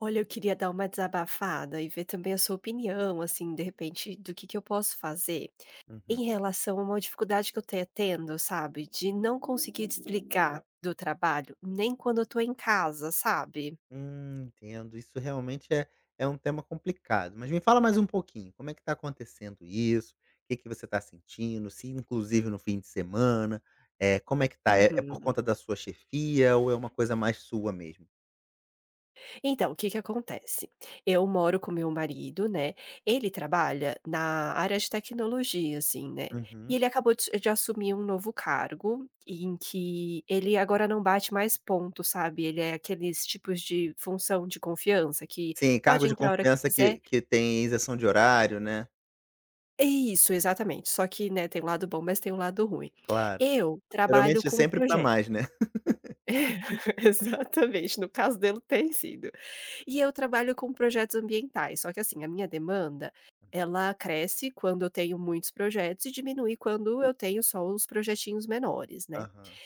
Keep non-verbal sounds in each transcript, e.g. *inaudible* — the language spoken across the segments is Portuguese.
Olha, eu queria dar uma desabafada e ver também a sua opinião, assim, de repente, do que eu posso fazer Uhum. em relação a uma dificuldade que eu tenho, tendo, sabe? De não conseguir desligar do trabalho, nem quando eu tô em casa, sabe? Entendo. Isso realmente é um tema complicado. Mas me fala mais um pouquinho, como é que está acontecendo isso? O que que você está sentindo? Se inclusive no fim de semana, é como é que tá? É por Uhum. conta da sua chefia ou é uma coisa mais sua mesmo? Então, o que que acontece? Eu moro com meu marido, né, ele trabalha na área de tecnologia, assim, né, e Uhum. ele acabou de assumir um novo cargo, em que ele agora não bate mais ponto, sabe, ele é aqueles tipos de função de confiança que Sim, pode cargo de entrar a hora que confiança quiser. que tem isenção de horário, né. É isso, exatamente, só que, né, tem o lado bom, mas tem um lado ruim. Claro. Eu trabalho Geralmente é com um sempre para projeto mais, né. *laughs* *laughs* exatamente, no caso dele tem sido. E eu trabalho com projetos ambientais, só que assim, a minha demanda, ela cresce quando eu tenho muitos projetos e diminui quando eu tenho só os projetinhos menores, né. Aham.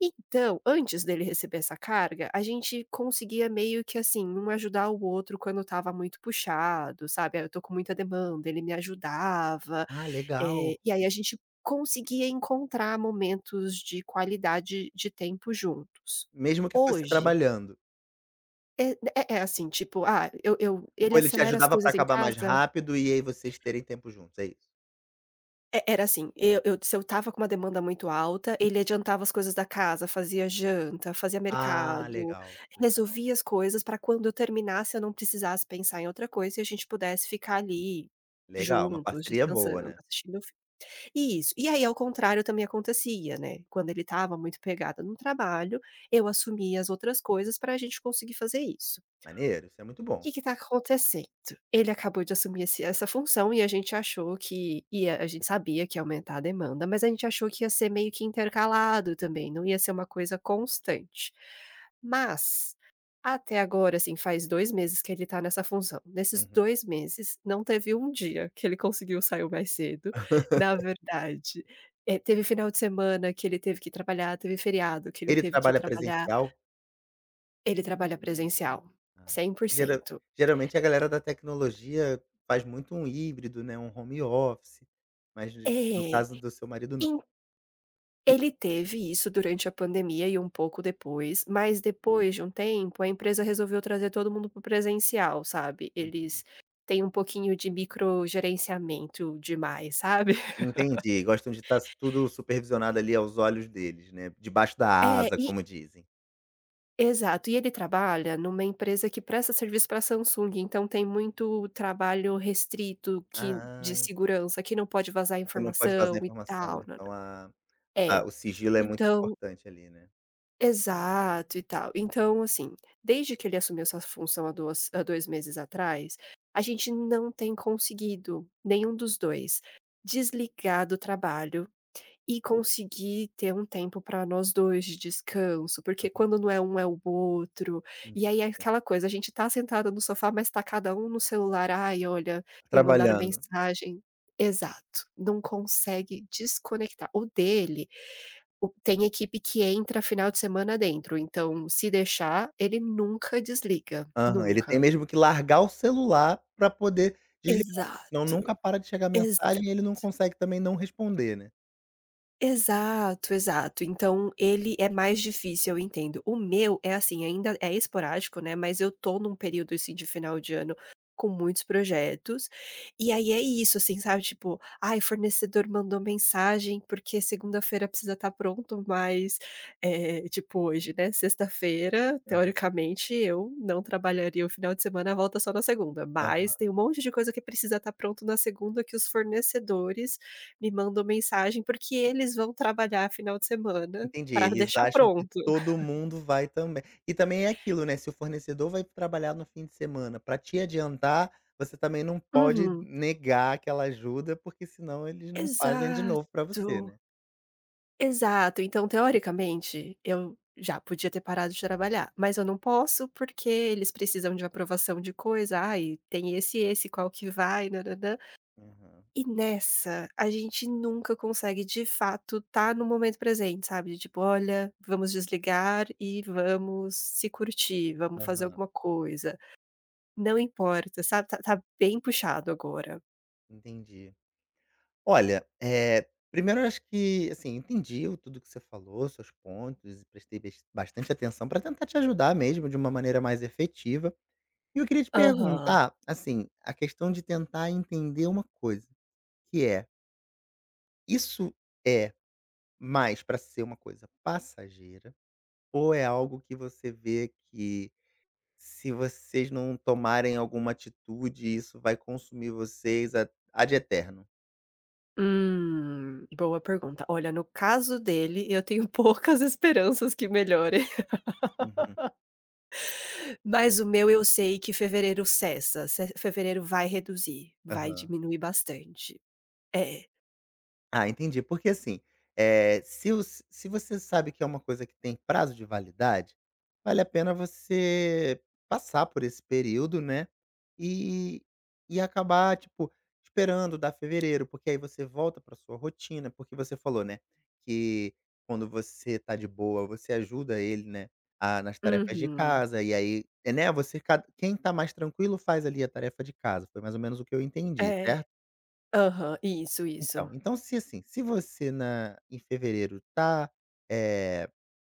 Então, antes dele receber essa carga, a gente conseguia meio que assim, um ajudar o outro quando estava muito puxado, sabe. "Ah, eu tô com muita demanda", ele me ajudava, Ah, legal. e aí a gente conseguia encontrar momentos de qualidade de tempo juntos. Mesmo que fosse Hoje trabalhando. é assim, tipo, ah, eu ele Ou ele te acelera as ajudava para coisas em acabar mais casa. rápido e aí vocês terem tempo juntos, é isso? É era assim, eu se eu estava com uma demanda muito alta, ele adiantava as coisas da casa, fazia janta, fazia Ah, mercado, legal, legal, resolvia as coisas pra quando eu terminasse eu não precisasse pensar em outra coisa e a gente pudesse ficar ali, legal, uma juntos, parceria boa, descansando, né. assistindo o fi. Isso. E aí, ao contrário, também acontecia, né, quando ele estava muito pegado no trabalho, eu assumia as outras coisas pra gente conseguir fazer isso. Maneiro, isso é muito bom. Que tá acontecendo? Ele acabou de assumir esse essa função e a gente achou que ia, a gente sabia que ia aumentar a demanda, mas a gente achou que ia ser meio que intercalado também, não ia ser uma coisa constante. Mas, até agora, assim, faz 2 meses que ele tá nessa função. Nesses Uhum. dois meses, não teve um dia que ele conseguiu sair mais cedo, na verdade, teve final de semana que ele teve que trabalhar, teve feriado que ele Ele teve que trabalha trabalhar. presencial? Ele trabalha presencial, Ah, porque gera 100%. geralmente a galera da tecnologia faz muito um híbrido, né, um home office, mas no É. caso do seu marido não. En ele teve isso durante a pandemia e um pouco depois, mas depois de um tempo, a empresa resolveu trazer todo mundo para o presencial, sabe. Eles têm um pouquinho de microgerenciamento demais, sabe. *laughs* Entendi, gostam de estar tudo supervisionado ali aos olhos deles, né, debaixo da É, asa, e como dizem. exato. E ele trabalha numa empresa que presta serviço para Samsung, então tem muito trabalho restrito que Ah, de segurança, que não pode vazar você não pode vazar informação e informação, tal, nã. então a É, o sigilo é muito então importante ali, né. exato e tal. Então, assim, desde que ele assumiu essa função há 2 meses atrás, a gente não tem conseguido, nenhum dos 2 desligar do trabalho e conseguir ter um tempo para nós 2 de descanso, porque Uhum, quando não é um, é o outro. E aí é entendi. aquela coisa, a gente tá sentada no sofá, mas tá cada um no celular. "Ai, olha, me mandaram Trabalhando. mensagem." Exato, não consegue desconectar. O dele, o tem equipe que entra final de semana dentro, então se deixar, ele nunca desliga, Aham, ele tem nunca. mesmo que largar o celular pra poder desligar, porque senão Exato, nunca para de chegar ex, mensagem e ele não consegue também não responder, né? exato, exato. Então ele é mais difícil, eu entendo. O meu é assim, ainda é esporádico, né, mas eu tô num período, assim, de final de ano com muitos projetos, e aí é isso, assim, sabe, tipo: "Ai, fornecedor mandou mensagem porque segunda-feira precisa estar pronto", mas, tipo hoje, né, sexta-feira, Uhum. teoricamente, eu não trabalharia o final de semana, volta só na segunda, Aham. mas tem um monte de coisa que precisa estar pronto na segunda que os fornecedores me mandam mensagem, porque eles vão trabalhar final de semana Entendi, para eles deixar acham que pronto. todo mundo vai também. E também é aquilo, né, se o fornecedor vai trabalhar no fim de semana para te adiantar, você também não pode Uhum. negar aquela ajuda, porque senão eles não fazem de novo para Exato, você, né. exato. Então, teoricamente, eu já podia ter parado de trabalhar, mas eu não posso, porque eles precisam de aprovação de coisa, "Ai, tem esse, qual que vai, nã nã". Aham. E nessa, a gente nunca consegue, de fato, estar no momento presente, sabe, de tipo: "Olha, vamos desligar e vamos se curtir, vamos fazer Aham, alguma coisa". Não importa, sabe, tá, tá bem puxado agora. entendi. Olha, primeiro eu acho que, assim, entendi o tudo que você falou, seus pontos, e prestei bastante atenção para tentar te ajudar mesmo de uma maneira mais efetiva. E eu queria te Aham. perguntar, assim, a questão de tentar entender uma coisa, que é: isso é mais para ser uma coisa passageira ou é algo que você vê que, se vocês não tomarem alguma atitude, isso vai consumir vocês a ad eterno. Boa pergunta. Olha, no caso dele, eu tenho poucas *laughs* esperanças que melhore, Uhum. mas o meu eu sei que fevereiro cessa, ce, fevereiro vai reduzir, vai Aham. diminuir bastante. É. Ah, entendi. Porque assim, se os se você sabe que é uma coisa que tem prazo de validade, vale a pena você passar por esse período, né, e e acabar, tipo, esperando dar fevereiro, porque aí você volta para sua rotina, porque você falou, né, que quando você tá de boa, você ajuda ele, né, a nas tarefas de Uhum. casa, e aí, é, né, você ca quem tá mais tranquilo faz ali a tarefa de casa, foi mais ou menos o que eu entendi, É. certo? Aham, isso, Então isso. então se, assim, se você na em fevereiro tá, eh,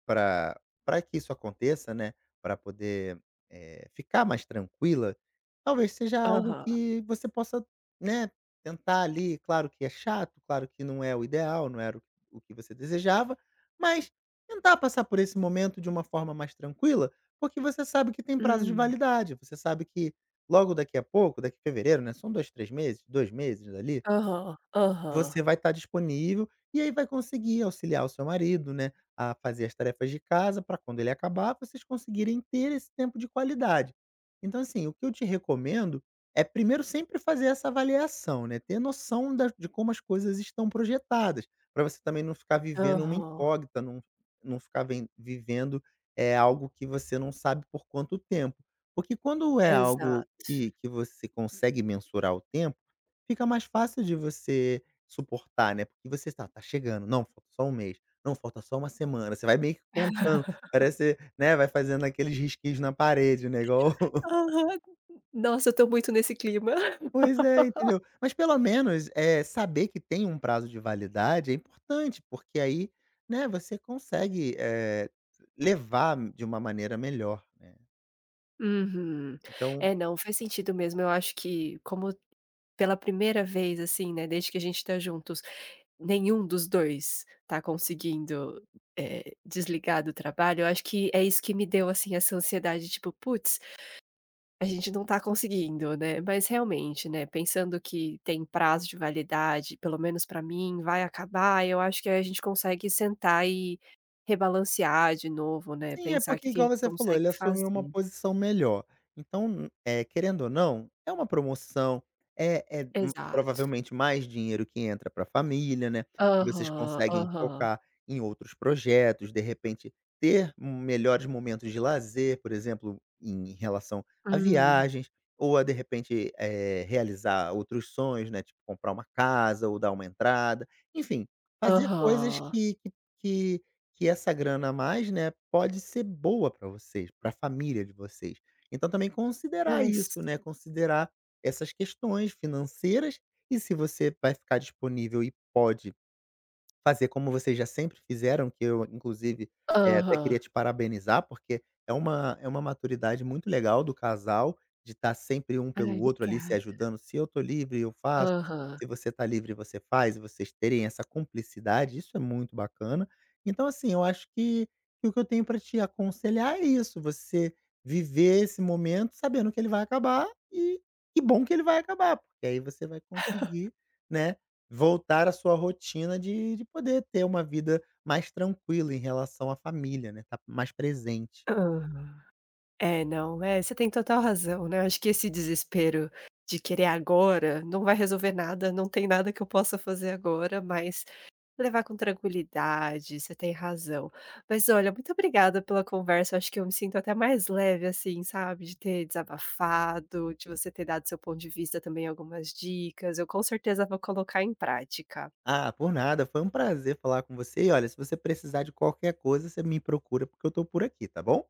para pra que isso aconteça, né, para poder ficar mais tranquila, talvez seja algo Aham. que você possa, né, tentar ali, claro que é chato, claro que não é o ideal, não era o que você desejava, mas tentar passar por esse momento de uma forma mais tranquila, porque você sabe que tem prazo de Hum. validade, você sabe que logo daqui a pouco, daqui a fevereiro, né, são 2, 3 meses, 2 meses ali Aham, aham, você vai estar disponível, e aí vai conseguir auxiliar o seu marido, né, a fazer as tarefas de casa para quando ele acabar, vocês conseguirem ter esse tempo de qualidade. Então assim, o que eu te recomendo é primeiro sempre fazer essa avaliação, né, ter noção da de como as coisas estão projetadas, para você também não ficar vivendo uma aham. incógnita, não ficar ven vivendo, é algo que você não sabe por quanto tempo. Porque quando é Exato. algo que você consegue mensurar o tempo, fica mais fácil de você suportar, né, porque você está: "Tá chegando, não, falta só um mês, não, falta só uma semana", você vai meio que contando, parece né, vai fazendo aqueles risquinhos na parede, né, igual. *laughs* Aham. Nossa, eu tô muito nesse clima. Pois é, *laughs* entendeu. Mas pelo menos, é saber que tem um prazo de validade é importante, porque aí, né, você consegue levar de uma maneira melhor, né. Uhum. Então, É, não, faz sentido mesmo. Eu acho que como pela primeira vez, assim, né, desde que a gente tá juntos, nenhum dos 2 tá conseguindo, desligar do trabalho, eu acho que é isso que me deu, assim, essa ansiedade, tipo: "Putz, a gente não tá conseguindo", né. Mas realmente, né, pensando que tem prazo de validade, pelo menos pra mim, vai acabar, eu acho que aí a gente consegue sentar e rebalancear de novo, né, sim, é pensar o que porque que a igual gente você falou, consegue ele assumiu uma fazer. posição melhor. Então, querendo ou não, é uma promoção, é é m Exato. provavelmente mais dinheiro que entra para a família, né, e vocês Aham, conseguem aham. focar em outros projetos, de repente ter melhores momentos de lazer, por exemplo, em relação a Hum. viagens, ou a de repente realizar outros sonhos, né, tipo comprar uma casa ou dar uma entrada, enfim, fazer coisas Aham. que que que essa grana a mais, né, pode ser boa para vocês, para a família de vocês. Então também considerar Nossa. isso, né, considerar essas questões financeiras e se você vai ficar disponível e pode fazer como vocês já sempre fizeram, que eu inclusive até Aham. queria te parabenizar, porque é uma maturidade muito legal do casal, de estar sempre um Ai, pelo outro ali se obrigada. ajudando, "se eu estou livre eu faço, Aham. se você está livre você faz", e vocês terem essa cumplicidade, isso é muito bacana. Então assim, eu acho que o que eu tenho para te aconselhar é isso: você viver esse momento sabendo que ele vai acabar e que bom que ele vai acabar, porque aí você vai conseguir, né, voltar à sua rotina de poder ter uma vida mais tranquila em relação à família, né, tá mais presente. Aham. É, não, é, você tem total razão, né, acho que esse desespero de querer agora não vai resolver nada, não tem nada que eu possa fazer agora, mas levar com tranquilidade, você tem razão. Mas olha, muito obrigada pela conversa. Eu acho que eu me sinto até mais leve, assim, sabe, de ter desabafado, de você ter dado seu ponto de vista também, algumas dicas, eu com certeza vou colocar em prática. Ah, por nada, foi um prazer falar com você e olha, se você precisar de qualquer coisa, você me procura porque eu estou por aqui, tá bom?